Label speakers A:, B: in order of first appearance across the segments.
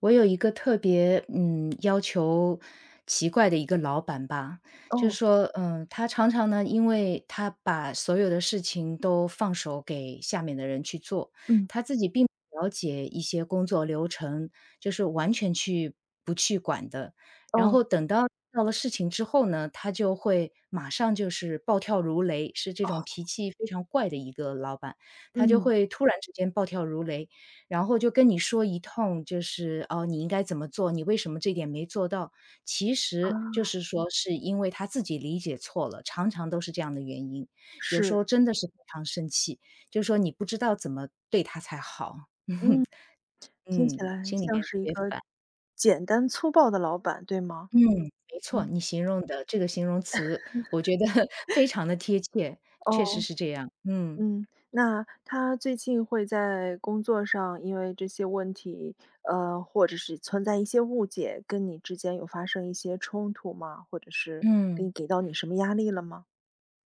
A: 我有一个特别嗯要求奇怪的一个老板吧，就是
B: 哦。
A: 说，他常常呢，因为他把所有的事情都放手给下面的人去做，
B: 嗯。
A: 他自己并不了解一些工作流程，就是完全不去管的。然
B: 哦。
A: 后到了事情之后呢，他就会马上就是暴跳如雷，是这种
B: 哦。
A: 脾气非常怪的一个老板，他就
B: 嗯。
A: 会突然之间暴跳如雷，然后就跟你说一通，就是哦，你应该怎么做，你为什么这点没做到？其
B: 啊。
A: 实就是说，是因为他自己理解错了，常常都是这样的原因。有时
B: 是。
A: 候真的是非常生气，就是说你不知道怎么对他才好。
B: 嗯。听起
A: 嗯，
B: 来
A: 心里
B: 像
A: 面特
B: 是一
A: 别
B: 个
A: 烦。
B: 简单粗暴的老板，对吗？
A: 嗯，没错，
B: 嗯。
A: 你形容的这个形容词，我觉得 非常的贴切，确实
B: 哦。
A: 是这样。嗯，
B: 嗯。那他最近会在工作上因为这些问题，或者是存在一些误解，跟你之间有发生一些冲突吗？或者是给
A: 嗯。
B: 你给到你什么压力了吗？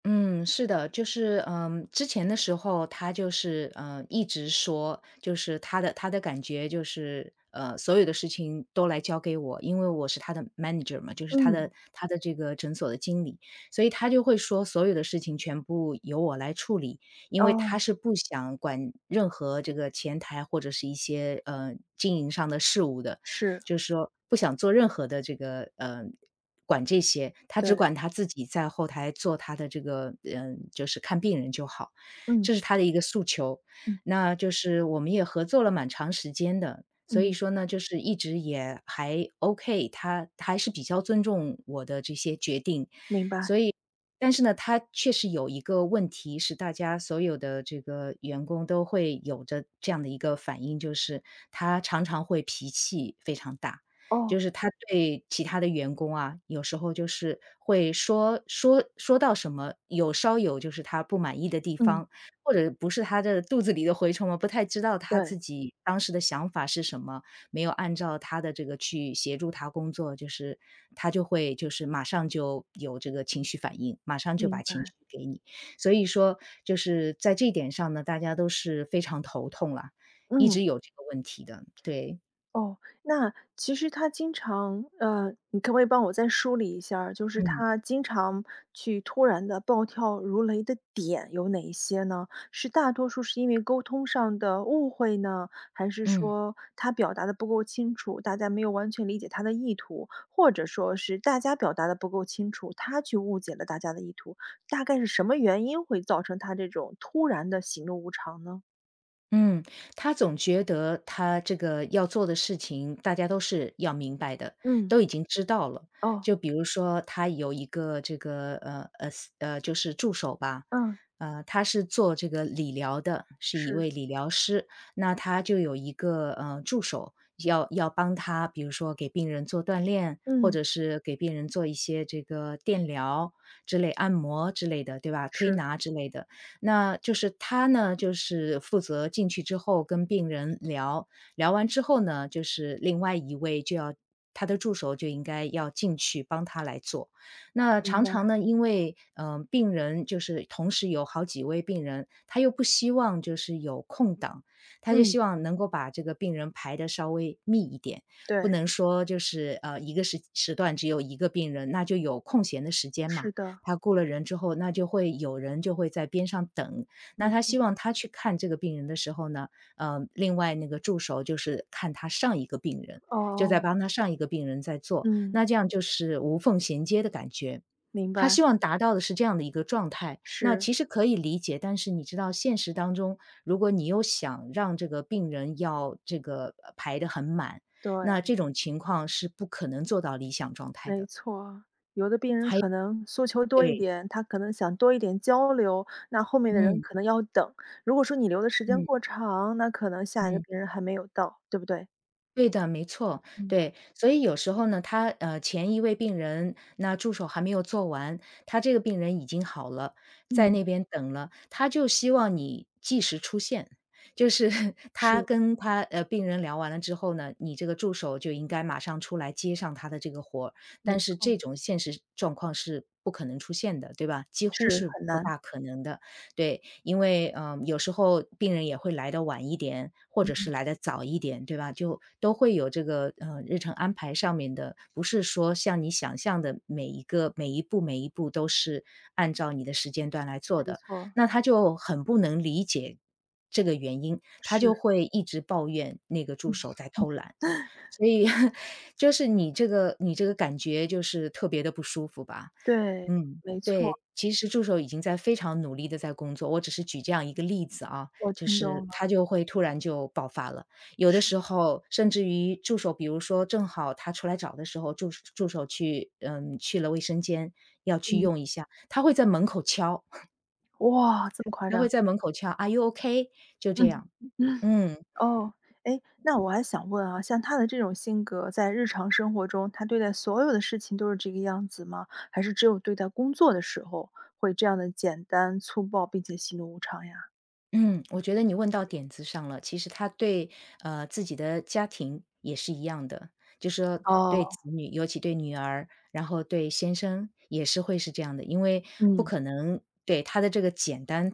A: 嗯，是的，就是之前的时候他就是一直说，就是他的感觉就是所有的事情都来交给我，因为我是他的 manager 嘛，就是他
B: 嗯。
A: 的他的这个诊所的经理，所以他就会说所有的事情全部由我来处理，因为他
B: 哦。
A: 是不想管任何这个前台或者是一些经营上的事务的，
B: 是。
A: 就是说不想做任何的这个，管这些，他只
B: 对。
A: 管他自己在后台做他的这个就是看病人就好，
B: 嗯。
A: 这是他的一个诉求。
B: 嗯。
A: 那就是我们也合作了蛮长时间的，所以
B: 嗯。
A: 说呢，就是一直也还 OK，他还是比较尊重我的这些决定。
B: 明白。
A: 所以但是呢，他确实有一个问题是大家所有的这个员工都会有着这样的一个反应，就是他常常会脾气非常大。
B: 哦。
A: 就是他对其他的员工啊，有时候就是会说到什么，稍有就是他不满意的地
B: 嗯。
A: 方，或者不是他的肚子里的蛔虫嘛，不太知道他
B: 对。
A: 自己当时的想法是什么，没有按照他的这个去协助他工作，就是他就会就是马上就有这个情绪反应，马上就
B: 明
A: 把情
B: 白。
A: 绪给你。所以说就是在这一点上呢，大家都是非常头痛啦，一
B: 嗯。
A: 直有这个问题的，对，
B: 哦。那其实他经常你可不可以帮我再梳理一下儿就是
A: 嗯，
B: 他经常去突然的暴跳如雷的点有哪一些呢？是大多数是因为沟通上的误会呢？还是
A: 嗯。
B: 说他表达的不够清楚，大家没有完全理解他的意图？或者说是大家表达的不够清楚，他去误解了大家的意图？大概是什么原因会造成他这种突然的喜怒无常呢？
A: 嗯，他总觉得他这个要做的事情，大家都是要明白的，
B: 嗯。
A: 都已经知道了。
B: 哦。
A: 就比如说，他有一个这个就是助手吧，
B: 嗯。
A: 他是做这个理疗的，是一
B: 是。
A: 位理疗师。那他就有一个助手，要帮他，比如说给病人做锻炼，或
B: 嗯。
A: 者是给病人做一些这个电疗之类、按摩之类的，对吧？推
B: 是。
A: 拿之类的。那就是他呢，就是负责进去之后跟病人聊，聊完之后呢，就是另外一位他的助手就应该要进去帮他来做。那
B: 明
A: 常常
B: 白。
A: 呢，因为，病人就是同时有好几位病人，他又不希望就是有空档，他就
B: 嗯。
A: 希望能够把这个病人排的稍微密一点，不
B: 对。
A: 能说就是，一个时段只有一个病人，那就有空闲的时间嘛。
B: 是的。
A: 他雇了人之后，那就会有人就会在边上等。那他
B: 嗯。
A: 希望他去看这个病人的时候呢，另外那个助手就是看他上一个病人，就在
B: 哦。
A: 帮他上一个病人在做，
B: 嗯。
A: 那这样就是无缝衔接的感觉。
B: 明白。
A: 他希望达到的是这样的一个状态，那
B: 是。
A: 其实可以理解，但是你知道现实当中，如果你又想让这个病人要这个排得很满，那
B: 对。
A: 这种情况是不可能做到理想状态
B: 没
A: 的。
B: 错。有的病人
A: 还
B: 可能诉求多一
A: 对，
B: 点，他可能想多一点交流，那后面的人
A: 嗯
B: 可能要等。如果说你留的时间
A: 嗯。
B: 过长，那可能下一个
A: 嗯，
B: 病人还没有到，对不对？
A: 对的，没错，
B: 嗯。
A: 对。所以有时候呢，他前一位病人，那助手还没有做完，他这个病人已经好了，在
B: 嗯。
A: 那边等了，他就希望你即时出现。就是 他
B: 是。
A: 跟他病人聊完了之后呢，你这个助手就应该马上出来接上他的这个活儿，
B: 没
A: 但是
B: 错。
A: 这种现实状况是不可能出现的，对吧？几乎
B: 是
A: 是
B: 很
A: 不
B: 难。
A: 大可能的。对，因为，有时候病人也会来的晚一点，或者是
B: 嗯。
A: 来的早一点，对吧？就都会有这个，日程安排上面的，不是说像你想象的每一步每一步都是按照你的时间段来做
B: 没
A: 的。
B: 错。
A: 那他就很不能理解这个原因，他
B: 是。
A: 就会一直抱怨那个助
B: 嗯。
A: 手在偷懒。所以 就是你这个感觉就是特别的不舒服吧？
B: 对。
A: 嗯。
B: 没错。
A: 对，其实助手已经在非常努力的在工作，我只是举这样一个例子啊，
B: 我
A: 就
B: 听
A: 是
B: 懂
A: 他
B: 了。
A: 就会突然就爆发了。有的
B: 是。
A: 时候甚至于助手，比如说正好他出来找的时候，助手去去了卫生间，要去
B: 嗯。
A: 用一下，他会在门口敲，
B: 哇，这么夸
A: 他会
B: 张。
A: 在门口敲，“Are you OK?” 就这
B: 嗯。
A: 样。嗯，
B: 哦。哎，那我还想问啊，像他的这种性格，在日常生活中，他对待所有的事情都是这个样子吗？还是只有对待工作的时候会这样的简单粗暴，并且喜怒无常呀？
A: 嗯，我觉得你问到点子上了，其实他对，自己的家庭也是一样的，就是说
B: 哦。
A: 对子女，尤其对女儿，然后对先生也是会是这样的，因为不
B: 嗯。
A: 可能对，他的这个简单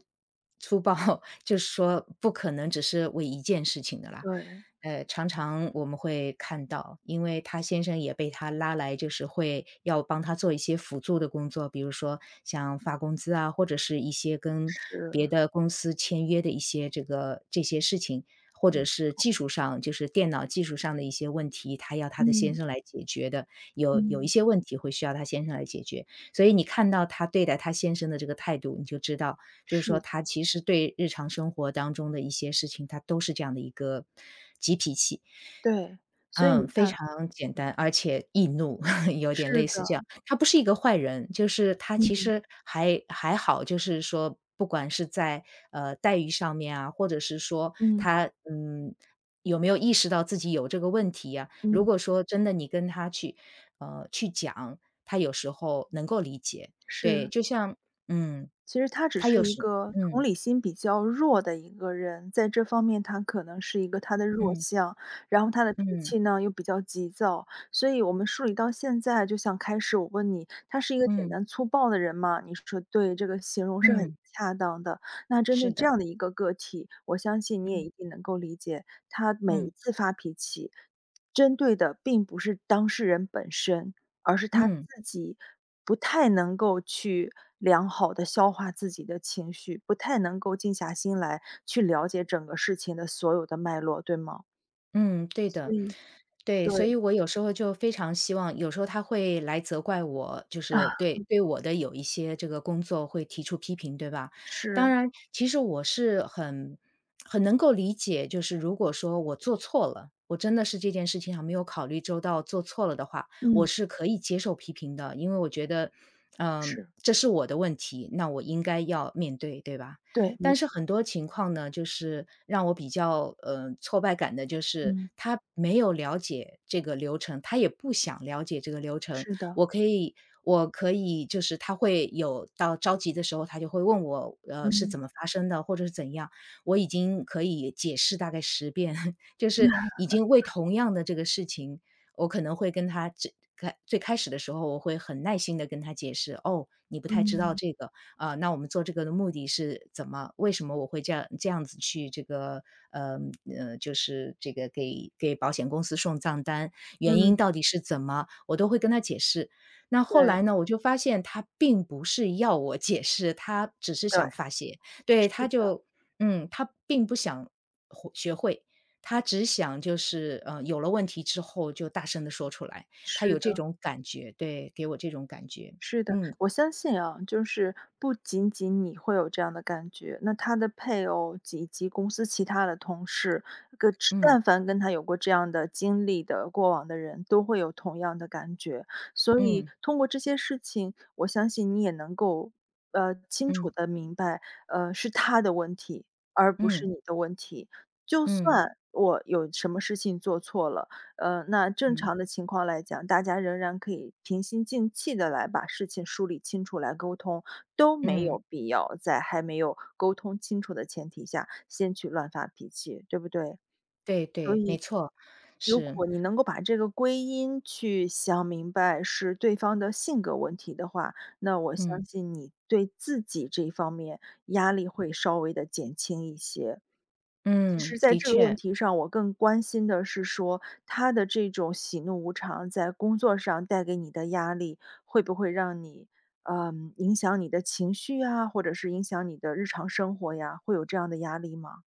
A: 粗暴，就是说不可能只是为一件事情的啦。
B: 对。
A: 常常我们会看到，因为他先生也被他拉来，就是会要帮他做一些辅助的工作，比如说像发工资啊，或者是一些跟别
B: 是。
A: 的公司签约的一些这些事情，或
B: 嗯。
A: 者是技术上，就是电脑技术上的一些问题，他要他的先
B: 嗯
A: 生来解决的。有一
B: 嗯。
A: 些问题会需要她先生来解决。所以你看到她对待她先生的这个态度，你就知道，就是
B: 是
A: 说
B: 的。
A: 她其实对日常生活当中的一些事情，她都是这样的一个急脾气。
B: 对。所以你
A: 嗯，非
B: 看，
A: 常简单，而且易怒，有点
B: 是
A: 类似这
B: 的。
A: 样。他不是一个坏人，就是他
B: 嗯
A: 其
B: 嗯
A: 实还好，就是说不管是在，待遇上面啊，或者是说
B: 嗯
A: 他，嗯，有没有意识到自己有这个问题呀，如
B: 嗯。
A: 果说真的你跟他去讲，他有时候能够理解。对，
B: 是。
A: 就像嗯，
B: 其实他只
A: 他
B: 是
A: 有
B: 一
A: 时
B: 个同
A: 嗯，
B: 理心比较弱的一个人，在这方面他可能是一个他的弱
A: 嗯，
B: 项，然后他的脾
A: 嗯，
B: 气呢又比较急躁，所以我们梳理到现在，就像开始我问你，他是一个简
A: 嗯，嗯
B: 单粗暴的人吗？你说对，这个形容是很
A: 嗯，
B: 恰当的。那针对
A: 是
B: 这
A: 的，
B: 样的一个个体，我相信你也
A: 嗯，
B: 一定能够理解，他每一
A: 嗯，
B: 次发脾气，针对的并不是当事人本身，而是他
A: 嗯。
B: 自己不太能够去良好的消化自己的情绪，不太能够静下心来去了解整个事情的所有的脉络，对吗？
A: 嗯，对
B: 所
A: 的，
B: 以
A: 对，
B: 对。
A: 所以我有时候就非常希望有时候他会来责怪我，就是
B: 啊。
A: 对我的有一些这个工作会提出批评，对吧？当
B: 是。
A: 然，其实我是很能够理解，就是如果说我做错了，我真的是这件事情上没有考虑周到，做错了的话，我
B: 嗯。
A: 是可以接受批评的，因为我觉得，
B: 是。
A: 这是我的问题，那我应该要面对，对吧？
B: 对。没
A: 但是
B: 错。
A: 很多情况呢，就是让我比较，挫败感的就是
B: 嗯。
A: 他没有了解这个流程，他也不想了解这个流程。
B: 是的。
A: 我可以我可以就是他会有到着急的时候，他就会问我，是
B: 嗯。
A: 怎么发生的，或者是怎样，我已经可以解释大概10遍，就是 已经为同样的这个事情，我可能会跟他最开始的时候，我会很耐心的跟他解释，“哦，你不太知道
B: 嗯。
A: 这个，啊，那我们做这个的目的是怎么？为什么我会这样子去这个呃就是这个给保险公司送账单，原
B: 嗯。
A: 因到底是怎么，我都会跟他解释。那后
B: 对。
A: 来呢，我就发现他并不是要我解释，他只是
B: 对。
A: 想发泄，对，
B: 是
A: 他
B: 的。
A: 就嗯，他并不想会学会。他只想就是，有了问题之后就大声的说出来，他
B: 是
A: 有这
B: 的。
A: 种感觉，对，给我这种感觉，
B: 是的，
A: 嗯
B: 我相信啊，就是不仅仅你会有这样的感觉，那他的配偶以及公司其他的同事，个只
A: 嗯
B: 但凡跟他有过这样的经历的过往的人，都会有同样的感觉。所以
A: 嗯
B: 通过这些事情，我相信你也能够，清楚
A: 嗯。
B: 的明白，是他的问题，而不是
A: 嗯
B: 你的问题。就
A: 嗯
B: 算我有什么事情做错了，那正
A: 嗯
B: 常的情况来讲，大家仍然可以平心静气的来把事情梳理清楚来沟通，都没
A: 嗯，
B: 有必要在还没有沟通清楚的前提下，先去乱发脾气，对不对？
A: 对
B: 所
A: 对，
B: 以，
A: 没错，
B: 如
A: 是，
B: 果你能够把这个归因去想明白是对方的性格问题的话，那我相
A: 嗯
B: 信你对自己这一方面压力会稍微的减轻一些。其实
A: 嗯，
B: 在
A: 的
B: 这个问
A: 确。
B: 题上，我更关心的是说，他的这种喜怒无常在工作上带给你的压力，会不会让你，嗯，影响你的情绪啊，或者是影响你的日常生活呀，会有这样的压力吗？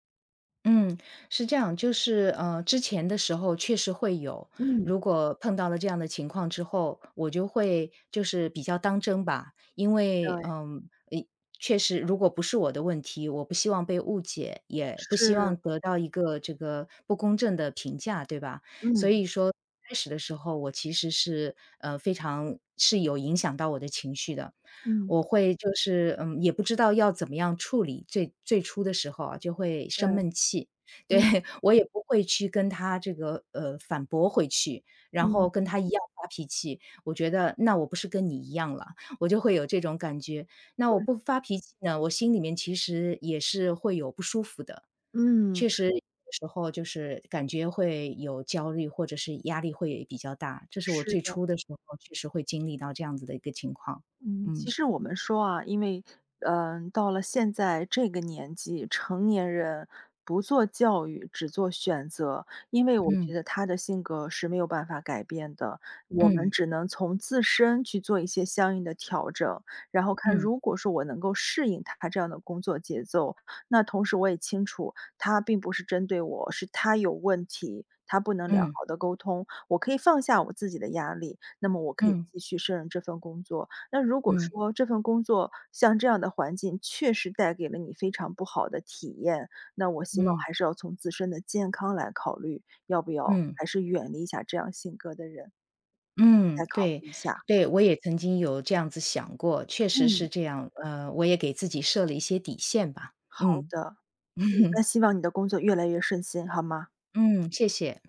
A: 嗯，是这样，就是之前的时候确实会有，
B: 嗯。
A: 如果碰到了这样的情况之后，我就会就是比较当真吧，因为
B: 对。
A: 诶确实如果不是我的问题，我不希望被误解，也不希望
B: 是。
A: 得到一个这个不公正的评价，对吧？所
B: 嗯。
A: 以说开始的时候，我其实是非常是有影响到我的情绪的，
B: 嗯。
A: 我会就是，也不知道要怎么样处理，最初的时候啊，就会生
B: 对。
A: 闷气。对
B: 嗯。
A: 我也不会去跟他这个，反驳回去，然后
B: 嗯。
A: 跟他一样发脾气。我觉得那我不是跟你一样了，我就会有这种感觉。那
B: 对。
A: 我不发脾气呢，我心里面其实也是会有不舒服的，
B: 嗯。
A: 确实有时候就是感觉会有焦虑，或者是压力会比较大，这是我
B: 是
A: 最
B: 的。
A: 初的时候确实会经历到这样子的一个情况，
B: 嗯，其
A: 嗯。
B: 实我们说啊，因为到了现在这个年纪，成年人不做教育，只做选择，因为我觉
A: 嗯。
B: 得他的性格是没有办法改变的，我们
A: 嗯，
B: 只能从自身去做一些相应的调整，然后看
A: 嗯，
B: 如果说我能够适应他这样的工作节奏，那同时我也清楚他并不是针对我，是他有问题。他不能良
A: 嗯，
B: 好的沟通，我可以放下我自己的压力，那么我可以
A: 嗯，
B: 继续胜任这份工作，那如果
A: 嗯，
B: 说这份工作像这样的环境确实带给了你非常不好的体验，那我希望
A: 嗯，
B: 还是要从自身的健康来考虑，要不要
A: 嗯，
B: 还是远离一下这样性格的人，再
A: 嗯，
B: 考
A: 对，
B: 虑一下。
A: 对，我也曾经有这样子想过，确实
B: 嗯。
A: 是这样，我也给自己设了一些底线吧。
B: 好
A: 嗯，
B: 的。嗯，那希望你的工作越来越顺心，好吗？
A: 嗯，谢谢。